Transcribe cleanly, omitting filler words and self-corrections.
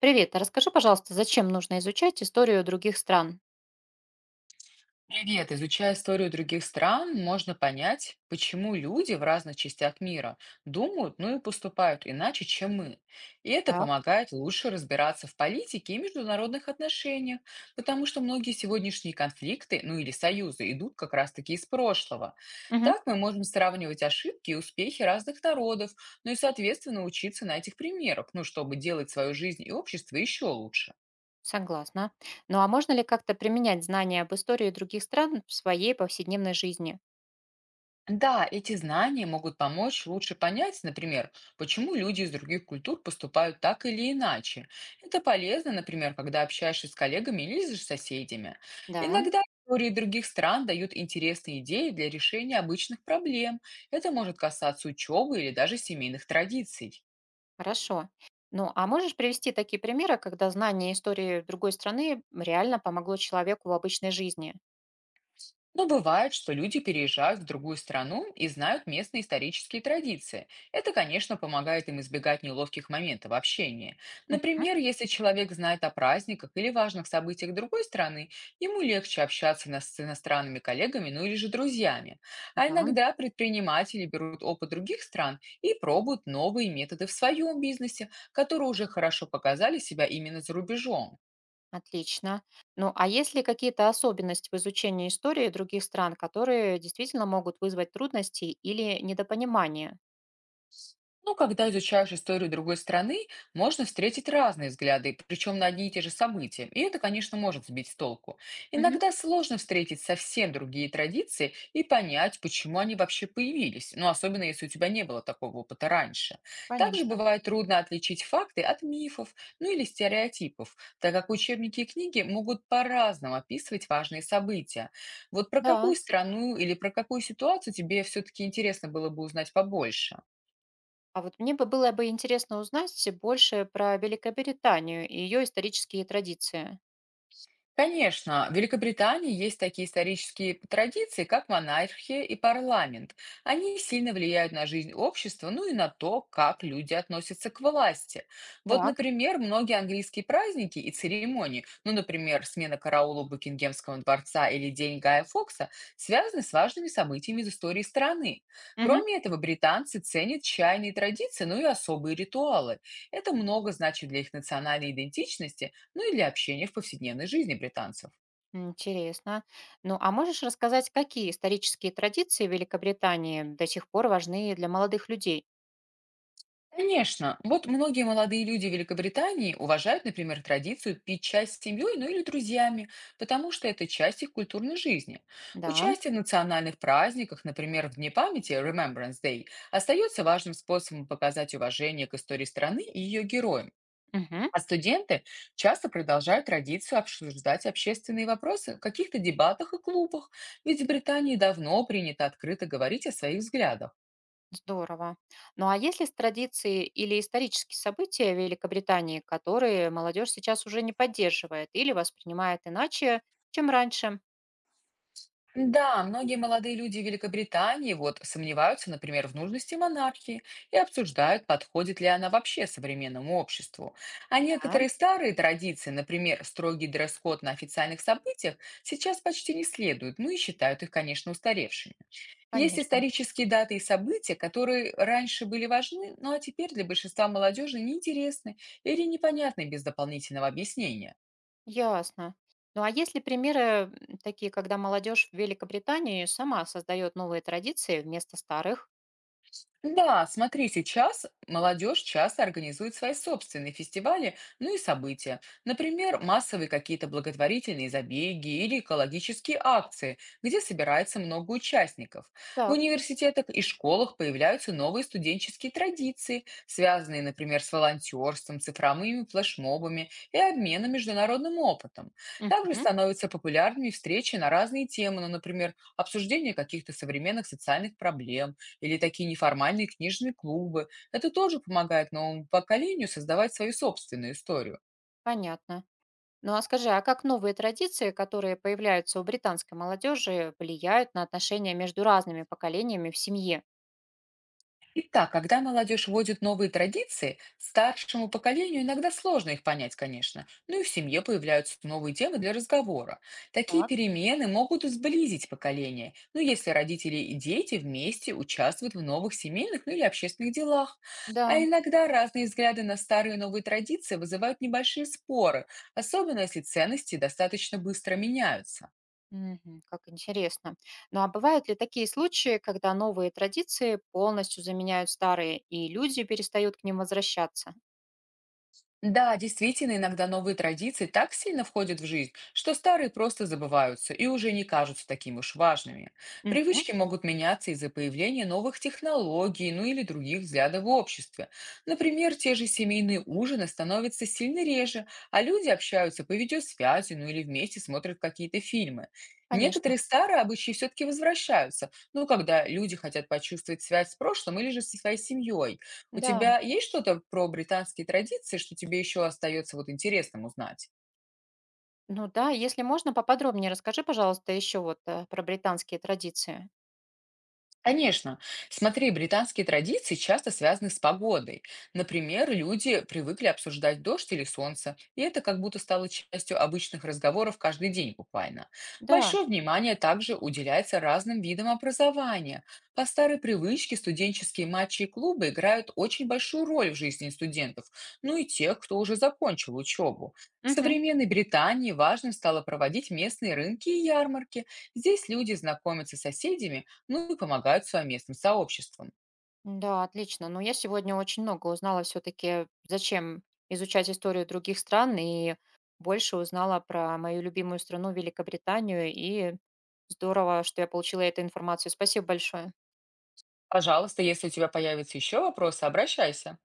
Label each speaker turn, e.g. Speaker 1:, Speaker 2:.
Speaker 1: Привет, а расскажи, пожалуйста, зачем нужно изучать историю других стран?
Speaker 2: Привет! Изучая историю других стран, можно понять, почему люди в разных частях мира думают, ну и поступают иначе, чем мы. И это
Speaker 1: Так.
Speaker 2: помогает лучше разбираться в политике и международных отношениях, потому что многие сегодняшние конфликты, ну или союзы, идут как раз-таки из прошлого.
Speaker 1: Мгм.
Speaker 2: Так мы можем сравнивать ошибки и успехи разных народов, ну и, соответственно, учиться на этих примерах, ну, чтобы делать свою жизнь и общество еще лучше.
Speaker 1: Согласна. Ну а можно ли как-то применять знания об истории других стран в своей повседневной жизни?
Speaker 2: Да, эти знания могут помочь лучше понять, например, почему люди из других культур поступают так или иначе. Это полезно, например, когда общаешься с коллегами или с соседями.
Speaker 1: Да,
Speaker 2: Иногда истории других стран дают интересные идеи для решения обычных проблем. Это может касаться учебы или даже семейных традиций.
Speaker 1: хорошо. Ну а можешь привести такие примеры, когда знание истории другой страны реально помогло человеку в обычной жизни?
Speaker 2: Но бывает, что люди переезжают в другую страну и знают местные исторические традиции. Это, конечно, помогает им избегать неловких моментов общения.
Speaker 1: Мгм.
Speaker 2: Например, если человек знает о праздниках или важных событиях другой страны, ему легче общаться с иностранными коллегами, ну или же друзьями. А
Speaker 1: Да,
Speaker 2: иногда предприниматели берут опыт других стран и пробуют новые методы в своем бизнесе, которые уже хорошо показали себя именно за рубежом.
Speaker 1: отлично. Ну а есть ли какие-то особенности в изучении истории других стран, которые действительно могут вызвать трудности или недопонимание?
Speaker 2: Ну, когда изучаешь историю другой страны, можно встретить разные взгляды, причем на одни и те же события. И это, конечно, может сбить с толку.
Speaker 1: Мгм.
Speaker 2: Иногда сложно встретить совсем другие традиции и понять, почему они вообще появились, ну, особенно если у тебя не было такого опыта раньше. Также
Speaker 1: Конечно.
Speaker 2: бывает трудно отличить факты от мифов, ну или стереотипов, так как учебники и книги могут по-разному описывать важные события. Вот про
Speaker 1: Да.
Speaker 2: какую страну или про какую ситуацию тебе все-таки интересно было бы узнать побольше?
Speaker 1: А вот мне бы было бы интересно узнать больше про Великобританию и ее исторические традиции.
Speaker 2: Конечно, в Великобритании есть такие исторические традиции, как монархия и парламент. Они сильно влияют на жизнь общества, ну и на то, как люди относятся к власти. Вот,
Speaker 1: Так.
Speaker 2: например, многие английские праздники и церемонии, ну, например, смена караула у Букингемского дворца или День Гая Фокса, связаны с важными событиями из истории страны.
Speaker 1: Мгм.
Speaker 2: Кроме этого, британцы ценят чайные традиции, ну и особые ритуалы. Это много значит для их национальной идентичности, ну и для общения в повседневной жизни британцев.
Speaker 1: Интересно. Ну, а можешь рассказать, какие исторические традиции Великобритании до сих пор важны для молодых людей?
Speaker 2: Конечно, вот многие молодые люди Великобритании уважают, например, традицию пить чай с семьей, ну или друзьями, потому что это часть их культурной жизни.
Speaker 1: Да.
Speaker 2: Участие в национальных праздниках, например, в Дне памяти Remembrance Day, остается важным способом показать уважение к истории страны и ее героям.
Speaker 1: Мгм.
Speaker 2: А студенты часто продолжают традицию обсуждать общественные вопросы в каких-то дебатах и клубах, ведь в Британии давно принято открыто говорить о своих взглядах.
Speaker 1: Здорово. Ну, а есть ли с традиции или исторические события Великобритании, которые молодежь сейчас уже не поддерживает или воспринимает иначе, чем раньше?
Speaker 2: Да, многие молодые люди Великобритании вот сомневаются, например, в нужности монархии и обсуждают, подходит ли она вообще современному обществу. А
Speaker 1: Да,
Speaker 2: некоторые старые традиции, например, строгий дресс-код на официальных событиях, сейчас почти не следуют, ну и считают их, конечно, устаревшими. Есть
Speaker 1: конечно.
Speaker 2: исторические даты и события, которые раньше были важны, ну а теперь для большинства молодежи неинтересны или непонятны без дополнительного объяснения.
Speaker 1: Ясно. Ну а есть ли примеры такие, когда молодежь в Великобритании сама создает новые традиции вместо старых?
Speaker 2: Да, смотри, сейчас молодежь часто организует свои собственные фестивали, ну и события. Например, массовые какие-то благотворительные забеги или экологические акции, где собирается много участников. В
Speaker 1: Так.
Speaker 2: университетах и школах появляются новые студенческие традиции, связанные, например, с волонтерством, цифровыми флешмобами и обменом международным опытом. Также
Speaker 1: Мгм.
Speaker 2: становятся популярными встречи на разные темы, ну, например, обсуждение каких-то современных социальных проблем или такие неформальные книжные клубы. Это тоже помогает новому поколению создавать свою собственную историю.
Speaker 1: Понятно. Ну а скажи, а как новые традиции, которые появляются у британской молодежи, влияют на отношения между разными поколениями в семье?
Speaker 2: Итак, когда молодежь вводит новые традиции, старшему поколению иногда сложно их понять, конечно, ну и в семье появляются новые темы для разговора. Такие
Speaker 1: Так.
Speaker 2: перемены могут и сблизить поколение, ну если родители и дети вместе участвуют в новых семейных ну, или общественных делах.
Speaker 1: Да,
Speaker 2: А иногда разные взгляды на старые и новые традиции вызывают небольшие споры, особенно если ценности достаточно быстро меняются.
Speaker 1: мгм, как интересно. Ну а бывают ли такие случаи, когда новые традиции полностью заменяют старые, и люди перестают к ним возвращаться?
Speaker 2: Да, действительно, иногда новые традиции так сильно входят в жизнь, что старые просто забываются и уже не кажутся такими уж важными.
Speaker 1: Мгм.
Speaker 2: Привычки могут меняться из-за появления новых технологий, ну или других взглядов в обществе. Например, те же семейные ужины становятся сильно реже, а люди общаются по видеосвязи, ну или вместе смотрят какие-то фильмы.
Speaker 1: Конечно.
Speaker 2: Некоторые старые обычаи все-таки возвращаются, ну, когда люди хотят почувствовать связь с прошлым или же со своей семьей. У
Speaker 1: Да.
Speaker 2: тебя есть что-то про британские традиции, что тебе еще остается вот интересным узнать?
Speaker 1: Ну да, если можно, поподробнее расскажи, пожалуйста, еще про британские традиции.
Speaker 2: Конечно. Смотри, британские традиции часто связаны с погодой. Например, люди привыкли обсуждать дождь или солнце, и это как будто стало частью обычных разговоров каждый день буквально.
Speaker 1: Да.
Speaker 2: Большое внимание также уделяется разным видам образования. По старой привычке студенческие матчи и клубы играют очень большую роль в жизни студентов, ну и тех, кто уже закончил учебу. В
Speaker 1: Мгм.
Speaker 2: современной Британии важным стало проводить местные рынки и ярмарки. Здесь люди знакомятся с соседями, ну и помогают своим местным сообществам.
Speaker 1: Да, отлично. Но я сегодня очень много узнала все-таки, зачем изучать историю других стран, и больше узнала про мою любимую страну Великобританию, и здорово, что я получила эту информацию. Спасибо большое.
Speaker 2: Пожалуйста, если у тебя появятся еще вопросы, обращайся.